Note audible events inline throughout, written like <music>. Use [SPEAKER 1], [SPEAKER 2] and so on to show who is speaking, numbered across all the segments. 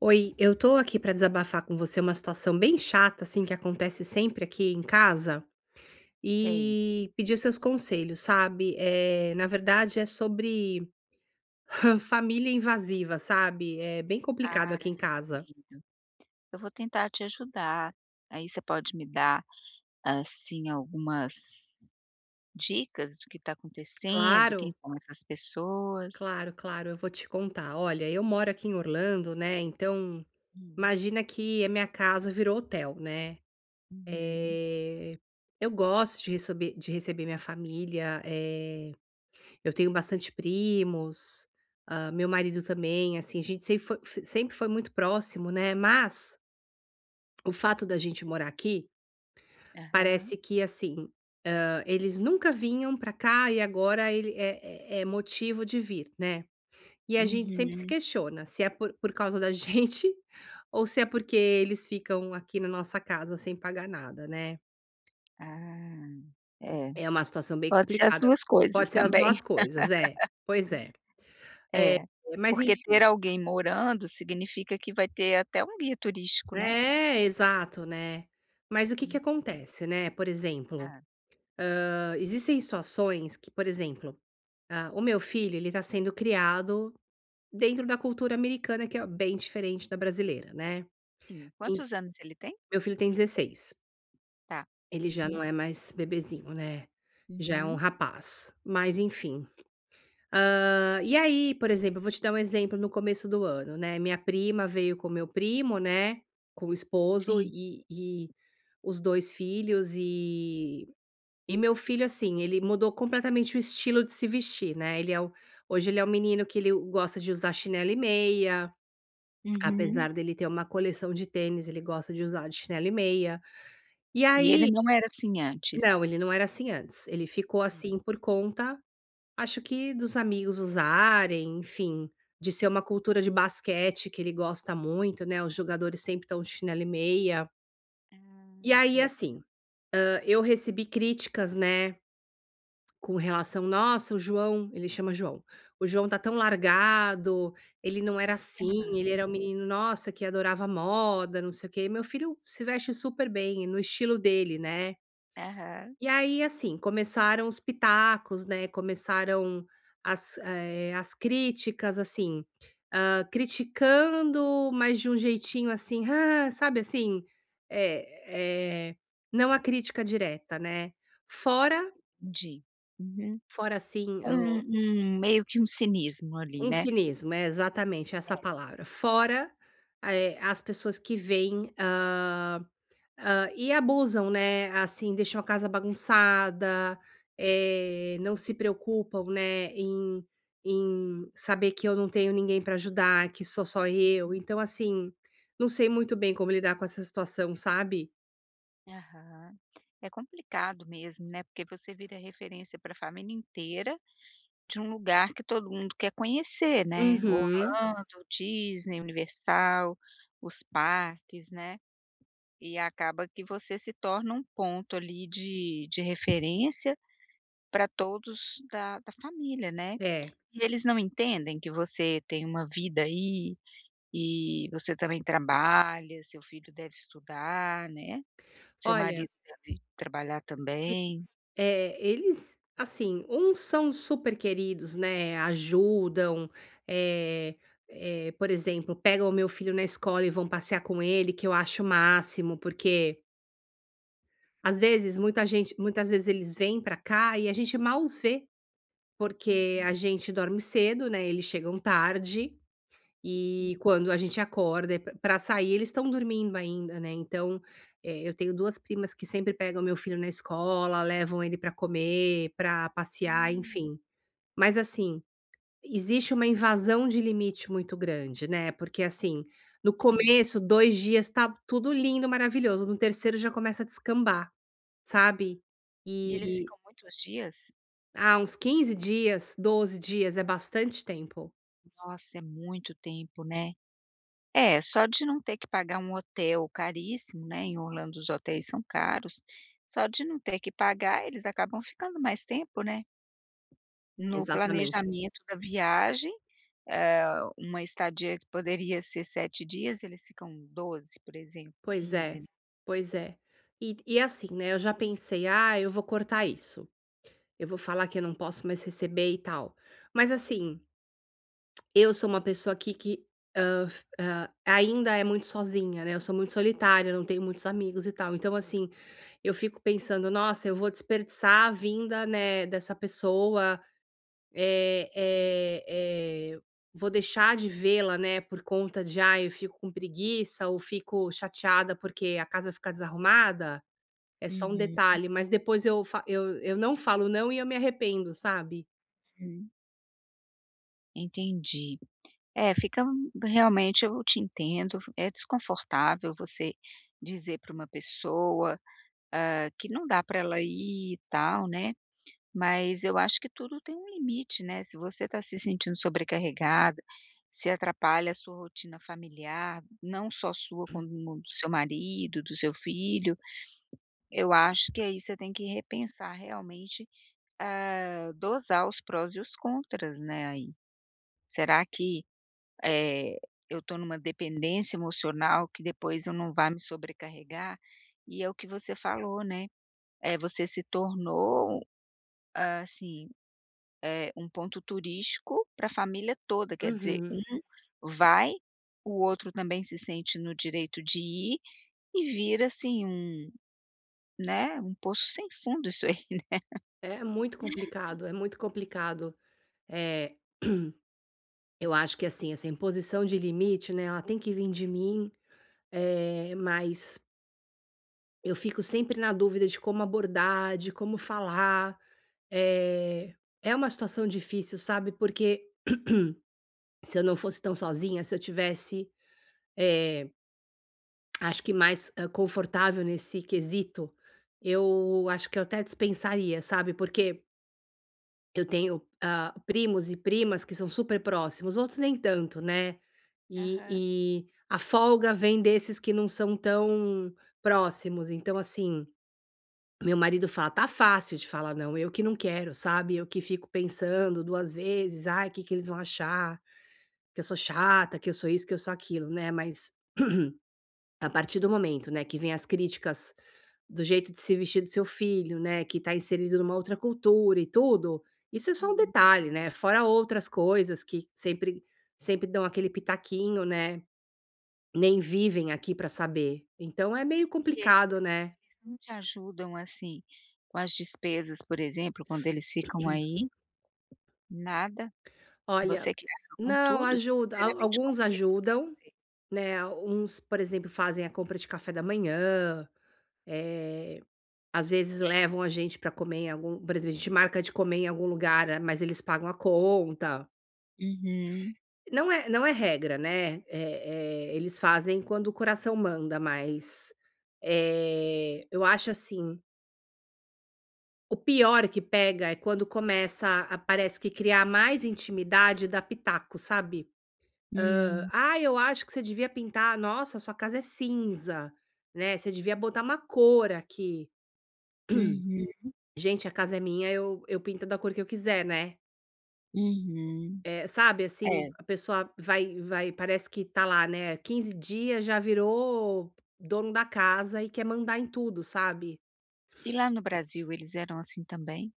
[SPEAKER 1] Oi, eu tô aqui pra desabafar com você uma situação bem chata, assim, que acontece sempre aqui em casa
[SPEAKER 2] Sei.
[SPEAKER 1] e pedir seus conselhos, sabe? É, na verdade, é sobre <laughs> família invasiva, sabe? É bem complicado
[SPEAKER 2] Ah,
[SPEAKER 1] aqui em casa.
[SPEAKER 2] entendo. Eu vou tentar te ajudar. Aí você pode me dar, assim, algumas dicas do que está acontecendo, quem
[SPEAKER 1] Claro,
[SPEAKER 2] são essas pessoas?
[SPEAKER 1] claro, claro, eu vou te contar. Olha, eu moro aqui em Orlando, né? Então,
[SPEAKER 2] Hum.
[SPEAKER 1] imagina que a minha casa virou hotel, né?
[SPEAKER 2] Uhum.
[SPEAKER 1] Eh, eu gosto de receber minha família. Eu tenho bastante primos, meu marido também, assim, a gente sempre foi muito próximo, né, mas o fato da gente morar aqui,
[SPEAKER 2] Aham.
[SPEAKER 1] parece que, assim, eles nunca vinham pra cá e agora ele é motivo de vir, né. E a gente sempre se
[SPEAKER 2] Uhum.
[SPEAKER 1] questiona se é por causa da <laughs> gente ou se é porque eles ficam aqui na nossa casa sem pagar nada, né.
[SPEAKER 2] Ah. É,
[SPEAKER 1] É uma situação bem
[SPEAKER 2] pode ser as
[SPEAKER 1] complicada.
[SPEAKER 2] 2 coisas
[SPEAKER 1] Pode ser as
[SPEAKER 2] também.
[SPEAKER 1] 2
[SPEAKER 2] <laughs>
[SPEAKER 1] coisas, é. Pois é.
[SPEAKER 2] É,
[SPEAKER 1] É, mas
[SPEAKER 2] porque ter
[SPEAKER 1] enfim.
[SPEAKER 2] alguém morando significa que vai ter até um guia turístico, né?
[SPEAKER 1] É, exato, né. Mas o que que
[SPEAKER 2] Uhum.
[SPEAKER 1] acontece, né, por exemplo,
[SPEAKER 2] Ah,
[SPEAKER 1] existem situações que, por exemplo, o meu filho, ele tá sendo criado dentro da cultura americana, que é bem diferente da brasileira, né.
[SPEAKER 2] sim.
[SPEAKER 1] En
[SPEAKER 2] Quantos anos ele tem?
[SPEAKER 1] meu filho tem 16,
[SPEAKER 2] Tá.
[SPEAKER 1] ele já
[SPEAKER 2] Uhum.
[SPEAKER 1] não é mais bebezinho, né, já é um
[SPEAKER 2] Uhum.
[SPEAKER 1] rapaz, mas enfim. E aí, por exemplo, eu vou te dar um exemplo no começo do ano, né, minha prima veio com meu primo, né, com o esposo
[SPEAKER 2] Sim.
[SPEAKER 1] e os 2 filhos e meu filho, assim, ele mudou completamente o estilo de se vestir, né, ele é o hoje ele é um menino que ele gosta de usar chinelo e meia,
[SPEAKER 2] Uhum.
[SPEAKER 1] apesar dele ter uma coleção de tênis, ele gosta de usar de chinelo e meia. E
[SPEAKER 2] E ele
[SPEAKER 1] aí
[SPEAKER 2] não era assim antes?
[SPEAKER 1] não, ele não era assim antes, ele ficou
[SPEAKER 2] Sim.
[SPEAKER 1] assim por conta. Acho que dos amigos usarem, enfim, de ser uma cultura de basquete que ele gosta muito, né, os jogadores sempre estão de chinelo e meia. E
[SPEAKER 2] Ah,
[SPEAKER 1] aí,
[SPEAKER 2] sei.
[SPEAKER 1] assim, eu recebi críticas, né, com relação: "Nossa, o João", ele chama João, "o João tá tão largado, ele não era assim, ele
[SPEAKER 2] Ah,
[SPEAKER 1] era um menino, nossa, que adorava moda, não sei o quê". Meu filho se veste super bem, no estilo dele, né.
[SPEAKER 2] aham.
[SPEAKER 1] E aí, assim, começaram os pitacos, né, começaram as críticas, assim, criticando, mas de um jeitinho assim, <laughs> "ah", sabe, assim, eh eh, não a crítica direta, né. Fora
[SPEAKER 2] Entendi. Uhum.
[SPEAKER 1] fora assim,
[SPEAKER 2] Um
[SPEAKER 1] o
[SPEAKER 2] um meio que um cinismo ali,
[SPEAKER 1] um
[SPEAKER 2] né?
[SPEAKER 1] cinismo, é exatamente essa
[SPEAKER 2] É.
[SPEAKER 1] palavra. Fora, as pessoas que veem, ah, e abusam, né, assim, deixam a casa bagunçada, não se preocupam, né, em saber que eu não tenho ninguém para ajudar, que sou só eu. Então, assim, não sei muito bem como lidar com essa situação, sabe?
[SPEAKER 2] Aham. É complicado mesmo, né, porque você vira referência para a família inteira de um lugar que todo mundo quer conhecer, né,
[SPEAKER 1] Uhum.
[SPEAKER 2] Orlando, Disney, Universal, os parques, né, e acaba que você se torna um ponto ali de referência para todos da família, né?
[SPEAKER 1] É.
[SPEAKER 2] E eles não entendem que você tem uma vida aí, e você também trabalha, seu filho deve estudar, né, seu
[SPEAKER 1] Olha,
[SPEAKER 2] marido deve trabalhar
[SPEAKER 1] sim,
[SPEAKER 2] também.
[SPEAKER 1] eles, assim, uns são super queridos, né, ajudam, eh por exemplo, pegam o meu filho na escola e vão passear com ele, que eu acho o máximo, porque às vezes, muitas vezes eles vêm para cá e a gente mal os vê, porque a gente dorme cedo, né, eles chegam tarde, e quando a gente acorda, para sair eles estão dormindo ainda, né, então, eu tenho 2 primas que sempre pegam meu filho na escola, levam ele para comer, para passear,
[SPEAKER 2] Uhum.
[SPEAKER 1] enfim. Mas assim, existe uma invasão de limite muito grande, né, porque assim, no
[SPEAKER 2] Sim,
[SPEAKER 1] começo, 2 dias tá tudo lindo, maravilhoso, no terceiro já começa a descambar. Sabe?
[SPEAKER 2] e eles
[SPEAKER 1] E
[SPEAKER 2] ficam muitos dias?
[SPEAKER 1] há uns 15 dias, 12 dias é bastante tempo.
[SPEAKER 2] Nossa, é muito tempo, né. É, só de não ter que pagar um hotel caríssimo, né, em Orlando os hotéis são caros, só de não ter que pagar, eles acabam ficando mais tempo, né, no
[SPEAKER 1] Exatamente.
[SPEAKER 2] planejamento da viagem. Ah, uma estadia que poderia ser 7 dias, eles ficam 12, por exemplo,
[SPEAKER 1] Pois
[SPEAKER 2] 15,
[SPEAKER 1] é,
[SPEAKER 2] né.
[SPEAKER 1] pois é. E assim, né, eu já pensei: "Ah, eu vou cortar isso, eu vou falar que eu não posso mais receber e tal". Mas assim, eu sou uma pessoa aqui que, ainda é muito sozinha, né, eu sou muito solitária, não tenho muitos amigos e tal. Então assim, eu fico pensando: "Nossa, eu vou desperdiçar a vinda, né, dessa pessoa". Eh eh eh, vou deixar de vê-la, né, por conta de: "Ai, eu fico com preguiça ou fico chateada porque a casa fica desarrumada", é só um
[SPEAKER 2] Uhum.
[SPEAKER 1] detalhe, mas depois eu fa eu não falo não e eu me arrependo, sabe.
[SPEAKER 2] Uhum, entendi. É, realmente eu te entendo, é desconfortável você dizer para uma pessoa, que não dá para ela ir e tal, né, mas eu acho que tudo tem um limite, né, se você está se sentindo sobrecarregada, se atrapalha a sua rotina familiar, não só sua como do seu marido, do seu filho. Eu acho que aí você tem que repensar realmente, dosar os prós e os contras, né, aí. Será que, eh, eu estou numa dependência emocional que depois eu não vai me sobrecarregar? E é o que você falou, né, você se tornou, assim, um ponto turístico para a família toda, quer dizer, um
[SPEAKER 1] Uhum.
[SPEAKER 2] vai, o outro também se sente no direito de ir e vira, assim, um, né, um poço sem fundo isso aí.
[SPEAKER 1] É muito complicado, é muito complicado. Eh, <clears throat> eu acho que, assim, essa imposição de limite, né, ela tem que vir de mim, mas eu fico sempre na dúvida de como abordar, de como falar. É é uma situação difícil, sabe, porque se eu não fosse tão sozinha, se eu tivesse, eh, acho que mais, confortável nesse quesito, eu acho que eu até dispensaria, sabe, porque eu tenho, primos e primas que são super próximos, outros nem tanto, né,
[SPEAKER 2] Aham.
[SPEAKER 1] e a folga vem desses que não são tão próximos, então assim. Meu marido fala: "Tá fácil de falar não, eu que não quero, sabe, eu que fico pensando 2 vezes, ai, o que que eles vão achar, que eu sou chata, que eu sou isso, que eu sou aquilo", né, mas a partir do momento, né, que vem as críticas do jeito de se vestir do seu filho, né, que tá inserido numa outra cultura e tudo, isso é só um detalhe, né, fora outras coisas que sempre dão aquele pitaquinho, né, nem vivem aqui pra saber. Então é meio
[SPEAKER 2] E eles
[SPEAKER 1] complicado, né.
[SPEAKER 2] eles não te ajudam, assim, com as despesas, por exemplo, quando eles ficam aí? Nada?
[SPEAKER 1] Olha
[SPEAKER 2] Você que arca com
[SPEAKER 1] não,
[SPEAKER 2] tudo
[SPEAKER 1] ajuda, al
[SPEAKER 2] financeiramente, como
[SPEAKER 1] alguns
[SPEAKER 2] que é isso para
[SPEAKER 1] ajudam,
[SPEAKER 2] você?
[SPEAKER 1] né, uns, por exemplo, fazem a compra de café da manhã, eh, às vezes levam a gente para comer em algum por exemplo, a gente marca de comer em algum lugar, mas eles pagam a conta.
[SPEAKER 2] Uhum.
[SPEAKER 1] Não é regra, né, eles fazem quando o coração manda, mas, eu acho assim, o pior que pega é quando começa a parece que criar mais intimidade e dar pitaco, sabe?
[SPEAKER 2] Hum.
[SPEAKER 1] "Ah, eu acho que você devia pintar, nossa, sua casa é cinza, né, você devia botar uma cor aqui".
[SPEAKER 2] Uhum.
[SPEAKER 1] Gente, a casa é minha, eu pinto da cor que eu quiser, né.
[SPEAKER 2] Uhum.
[SPEAKER 1] É, sabe, assim,
[SPEAKER 2] É.
[SPEAKER 1] a pessoa vai parece que tá lá, né, 15 dias, já virou dono da casa e quer mandar em tudo, sabe.
[SPEAKER 2] E lá no Brasil eles eram assim também?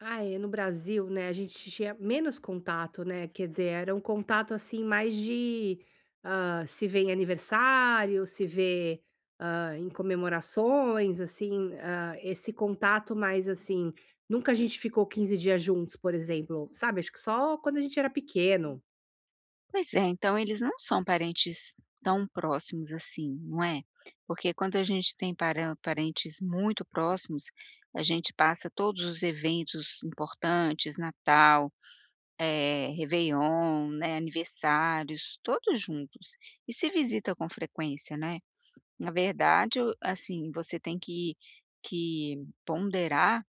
[SPEAKER 1] Ah, é, no Brasil, né, a gente tinha menos contato, né, quer dizer, era um contato, assim, mais de, se vê em aniversário, se vê, em comemorações, assim, esse contato mais, assim, nunca a gente ficou 15 dias juntos, por exemplo, sabe, acho que só quando a gente era pequeno.
[SPEAKER 2] Pois é, então eles não são parentes tão próximos assim, não é? Porque quando a gente tem para parentes muito próximos, a gente passa todos os eventos importantes, Natal, réveillon, né, aniversários, todos juntos. E se visita com frequência, né. Na verdade, o assim, você tem que ponderar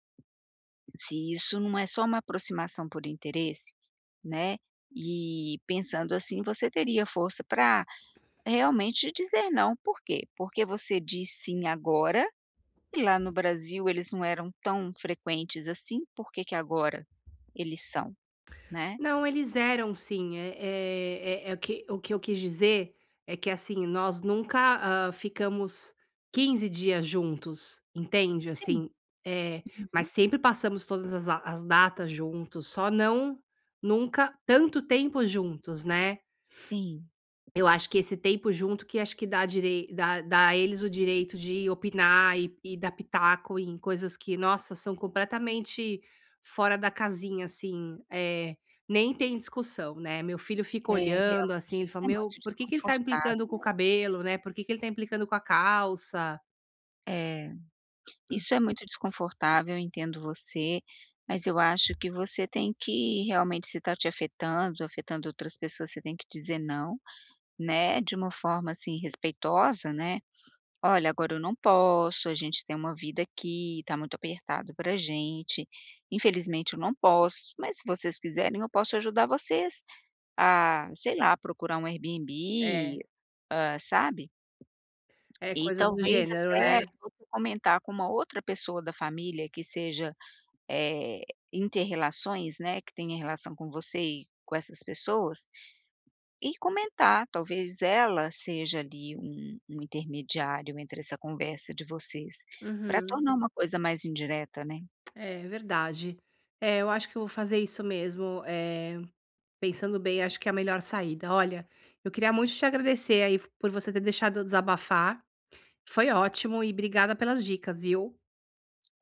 [SPEAKER 2] se isso não é só uma aproximação por interesse, né, e pensando assim, você teria força para realmente dizer não. Por quê? Porque você diz sim agora, e lá no Brasil eles não eram tão frequentes assim, por que que agora eles são, né?
[SPEAKER 1] Não, eles eram sim. É o que eu quis dizer é que, assim, nós nunca, ficamos 15 dias juntos, entende?
[SPEAKER 2] Sim.
[SPEAKER 1] Assim, eh, mas
[SPEAKER 2] Uhum.
[SPEAKER 1] sempre passamos todas as datas juntos, só não nunca tanto tempo juntos, né?
[SPEAKER 2] Sim.
[SPEAKER 1] Eu acho que esse tempo junto que acho que dá a eles o direito de opinar e dar pitaco em coisas que, nossa, são completamente fora da casinha, assim, nem tem discussão, né. Meu filho
[SPEAKER 2] É,
[SPEAKER 1] fica olhando, assim,
[SPEAKER 2] realmente
[SPEAKER 1] ele
[SPEAKER 2] isso
[SPEAKER 1] fala:
[SPEAKER 2] é
[SPEAKER 1] "Meu,
[SPEAKER 2] muito
[SPEAKER 1] por que que ele tá
[SPEAKER 2] desconfortável,
[SPEAKER 1] implicando com o cabelo, né, por que que ele tá implicando com a calça?".
[SPEAKER 2] né. É, isso é muito desconfortável, eu entendo você, mas eu acho que você tem que realmente, se tá te afetando, afetando outras pessoas, você tem que dizer não, né, de uma forma, assim, respeitosa, né. "Olha, agora eu não posso, a gente tem uma vida aqui, tá muito apertado pra gente, infelizmente eu não posso, mas se vocês quiserem eu posso ajudar vocês a, sei lá, procurar um
[SPEAKER 1] É,
[SPEAKER 2] Airbnb", sabe.
[SPEAKER 1] é
[SPEAKER 2] E
[SPEAKER 1] coisas do
[SPEAKER 2] talvez
[SPEAKER 1] gênero,
[SPEAKER 2] até
[SPEAKER 1] né.
[SPEAKER 2] você comentar com uma outra pessoa da família que seja, eh, inter né, que tenha relação com você e com essas pessoas, e comentar, talvez ela seja ali um intermediário entre essa conversa de vocês, para
[SPEAKER 1] Uhum.
[SPEAKER 2] tornar uma coisa mais indireta, né.
[SPEAKER 1] É verdade. É, eu acho que eu vou fazer isso mesmo. Pensando bem, acho que é a melhor saída. Olha, eu queria muito te agradecer aí por você ter deixado eu desabafar. Foi ótimo e obrigada pelas dicas, viu?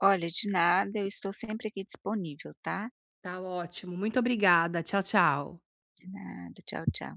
[SPEAKER 2] Olha, de nada, eu estou sempre aqui disponível, tá.
[SPEAKER 1] Tá ótimo. Muito obrigada. Tchau, tchau.
[SPEAKER 2] De nada, tchau, tchau.